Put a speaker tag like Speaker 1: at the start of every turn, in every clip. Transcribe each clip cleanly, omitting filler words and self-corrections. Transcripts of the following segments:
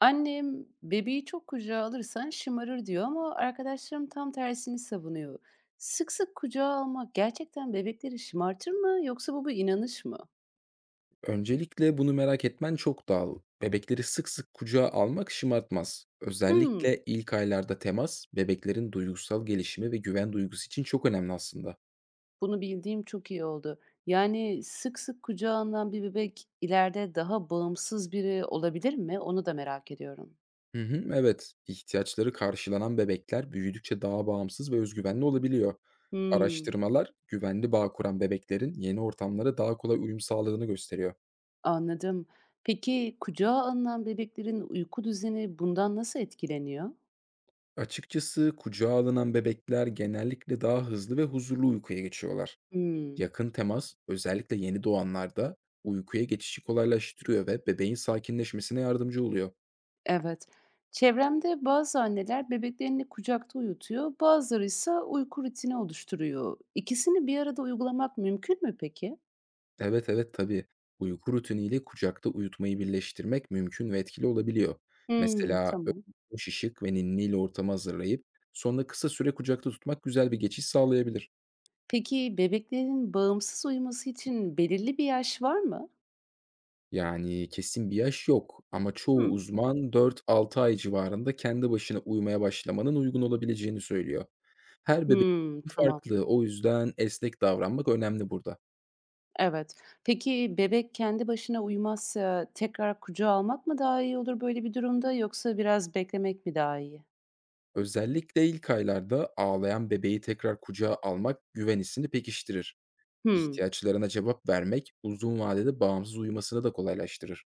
Speaker 1: Annem bebeği çok kucağa alırsan şımarır diyor ama arkadaşlarım tam tersini savunuyor. Sık sık kucağa almak gerçekten bebekleri şımartır mı yoksa bu bir inanış mı?
Speaker 2: Öncelikle bunu merak etmen çok doğal. Bebekleri sık sık kucağa almak şımartmaz.
Speaker 1: Hmm,
Speaker 2: Özellikle ilk aylarda temas, bebeklerin duygusal gelişimi ve güven duygusu için çok önemli aslında.
Speaker 1: bunu bildiğim çok iyi oldu. Yani sık sık kucağa alınan bir bebek ileride daha bağımsız biri olabilir mi? Onu da merak ediyorum.
Speaker 2: Hı hı, evet, ihtiyaçları karşılanan bebekler büyüdükçe daha bağımsız ve özgüvenli olabiliyor.
Speaker 1: Hmm,
Speaker 2: Araştırmalar, güvenli bağ kuran bebeklerin yeni ortamlara daha kolay uyum sağladığını gösteriyor.
Speaker 1: anladım. Peki kucağa alınan bebeklerin uyku düzeni bundan nasıl etkileniyor?
Speaker 2: Açıkçası kucağa alınan bebekler genellikle daha hızlı ve huzurlu uykuya geçiyorlar.
Speaker 1: Hmm.
Speaker 2: Yakın temas özellikle yeni doğanlarda uykuya geçişi kolaylaştırıyor ve bebeğin sakinleşmesine yardımcı oluyor.
Speaker 1: Evet. Çevremde bazı anneler bebeklerini kucakta uyutuyor, bazılarıysa uyku rutini oluşturuyor. İkisini bir arada uygulamak mümkün mü peki?
Speaker 2: Evet evet tabii. Uyku rutiniyle kucakta uyutmayı birleştirmek mümkün ve etkili olabiliyor.
Speaker 1: Hmm,
Speaker 2: Mesela
Speaker 1: tamam.
Speaker 2: şişik ve ninniyle ortamı hazırlayıp sonra kısa süre kucakta tutmak güzel bir geçiş sağlayabilir.
Speaker 1: Peki bebeklerin bağımsız uyuması için belirli bir yaş var mı?
Speaker 2: Yani, kesin bir yaş yok ama çoğu
Speaker 1: Hmm.
Speaker 2: uzman dört-altı ay civarında kendi başına uyumaya başlamanın uygun olabileceğini söylüyor. Her bebek
Speaker 1: Hmm, tamam.
Speaker 2: farklı, o yüzden esnek davranmak önemli burada.
Speaker 1: Evet. Peki bebek kendi başına uyumazsa tekrar kucağa almak mı daha iyi olur böyle bir durumda, yoksa biraz beklemek mi daha iyi?
Speaker 2: Özellikle ilk aylarda ağlayan bebeği tekrar kucağa almak güven hissini pekiştirir.
Speaker 1: Hmm.
Speaker 2: İhtiyaçlarına cevap vermek uzun vadede bağımsız uyumasını da kolaylaştırır.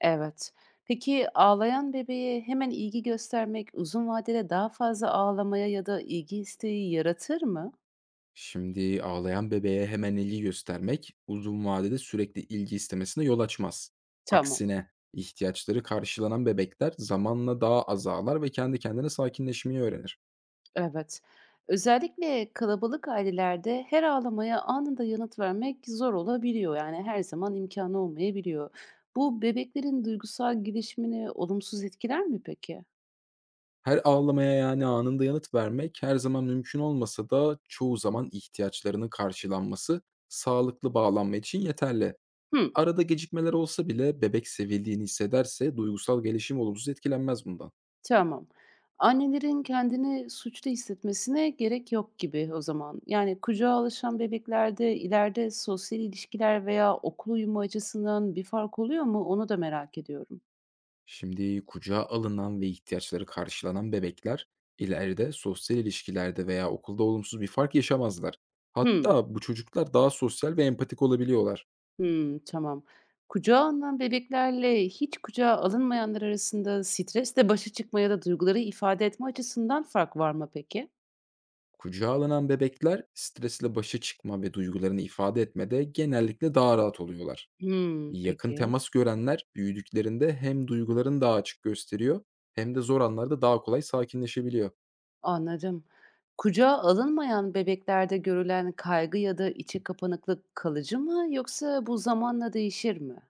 Speaker 1: Evet. Peki ağlayan bebeğe hemen ilgi göstermek uzun vadede daha fazla ağlamaya ya da ilgi isteği yaratır mı?
Speaker 2: Şimdi ağlayan bebeğe hemen ilgi göstermek uzun vadede sürekli ilgi istemesine yol açmaz.
Speaker 1: Tamam.
Speaker 2: Aksine ihtiyaçları karşılanan bebekler zamanla daha az ağlar ve kendi kendine sakinleşmeyi öğrenir.
Speaker 1: Evet. Özellikle kalabalık ailelerde her ağlamaya anında yanıt vermek zor olabiliyor. Yani her zaman imkanı olmayabiliyor. Bu bebeklerin duygusal gelişimini olumsuz etkiler mi peki?
Speaker 2: Her ağlamaya yani anında yanıt vermek her zaman mümkün olmasa da çoğu zaman ihtiyaçlarının karşılanması sağlıklı bağlanma için yeterli.
Speaker 1: Hı.
Speaker 2: Arada gecikmeler olsa bile bebek sevildiğini hissederse duygusal gelişim olumsuz etkilenmez bundan.
Speaker 1: Tamam. Annelerin kendini suçlu hissetmesine gerek yok gibi o zaman. Yani kucağa alışan bebeklerde ileride sosyal ilişkiler veya okul uyumu açısından bir fark oluyor mu? Onu da merak ediyorum.
Speaker 2: Şimdi kucağa alınan ve ihtiyaçları karşılanan bebekler ileride sosyal ilişkilerde veya okulda olumsuz bir fark yaşamazlar.
Speaker 1: Hmm,
Speaker 2: Hatta bu çocuklar daha sosyal ve empatik olabiliyorlar.
Speaker 1: hmm, tamam. Kucağa alınan bebeklerle hiç kucağa alınmayanlar arasında stresle başa çıkmaya da duyguları ifade etme açısından fark var mı peki?
Speaker 2: Kucağa alınan bebekler stresle başa çıkma ve duygularını ifade etmede genellikle daha rahat oluyorlar.
Speaker 1: Hmm,
Speaker 2: Yakın
Speaker 1: peki.
Speaker 2: temas görenler büyüdüklerinde hem duygularını daha açık gösteriyor hem de zor anlarda daha kolay sakinleşebiliyor.
Speaker 1: Anladım. Kucağa alınmayan bebeklerde görülen kaygı ya da içe kapanıklık kalıcı mı yoksa bu zamanla değişir mi?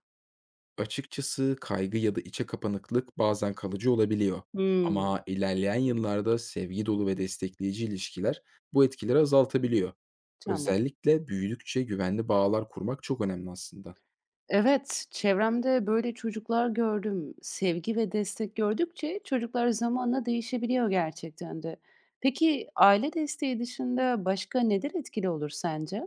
Speaker 2: Açıkçası kaygı ya da içe kapanıklık bazen kalıcı olabiliyor.
Speaker 1: Hımm,
Speaker 2: Ama ilerleyen yıllarda sevgi dolu ve destekleyici ilişkiler bu etkileri azaltabiliyor.
Speaker 1: tamam.
Speaker 2: Özellikle büyüdükçe güvenli bağlar kurmak çok önemli aslında.
Speaker 1: Evet, çevremde böyle çocuklar gördüm. Sevgi ve destek gördükçe çocuklar zamanla değişebiliyor gerçekten de. Peki aile desteği dışında başka neler etkili olur sence?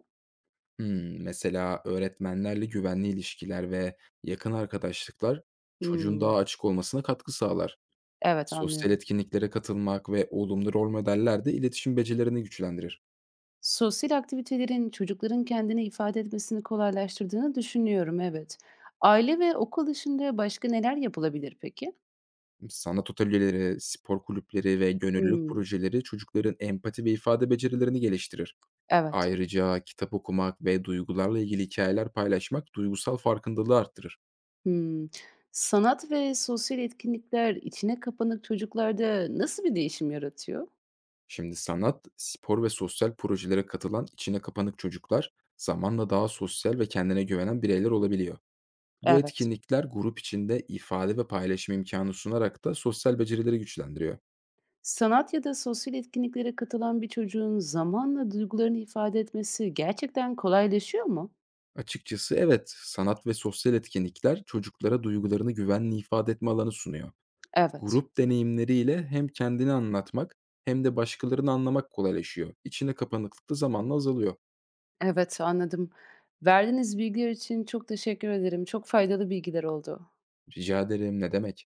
Speaker 2: Mesela öğretmenlerle güvenli ilişkiler ve yakın arkadaşlıklar çocuğun
Speaker 1: Hımm,
Speaker 2: daha açık olmasına katkı sağlar.
Speaker 1: evet,
Speaker 2: Sosyal
Speaker 1: anlıyorum.
Speaker 2: etkinliklere katılmak ve olumlu rol modeller de iletişim becerilerini güçlendirir.
Speaker 1: Sosyal aktivitelerin çocukların kendini ifade etmesini kolaylaştırdığını düşünüyorum, evet. Aile ve okul dışında başka neler yapılabilir peki?
Speaker 2: Sanat atölyeleri, spor kulüpleri ve gönüllülük
Speaker 1: Hımm.
Speaker 2: projeleri çocukların empati ve ifade becerilerini geliştirir.
Speaker 1: Evet.
Speaker 2: Ayrıca kitap okumak ve duygularla ilgili hikayeler paylaşmak duygusal farkındalığı arttırır.
Speaker 1: Hımm. Sanat ve sosyal etkinlikler içine kapanık çocuklarda nasıl bir değişim yaratıyor?
Speaker 2: Şimdi sanat, spor ve sosyal projelere katılan içine kapanık çocuklar zamanla daha sosyal ve kendine güvenen bireyler olabiliyor. Bu
Speaker 1: Evet.
Speaker 2: etkinlikler grup içinde ifade ve paylaşım imkanı sunarak da sosyal becerileri güçlendiriyor.
Speaker 1: Sanat ya da sosyal etkinliklere katılan bir çocuğun zamanla duygularını ifade etmesi gerçekten kolaylaşıyor mu?
Speaker 2: Açıkçası evet, sanat ve sosyal etkinlikler çocuklara duygularını güvenli ifade etme alanı sunuyor.
Speaker 1: Evet.
Speaker 2: Grup deneyimleriyle hem kendini anlatmak hem de başkalarını anlamak kolaylaşıyor. İçine kapanıklık da zamanla azalıyor.
Speaker 1: Evet, anladım. Verdiğiniz bilgiler için çok teşekkür ederim. Çok faydalı bilgiler oldu.
Speaker 2: Rica ederim, ne demek.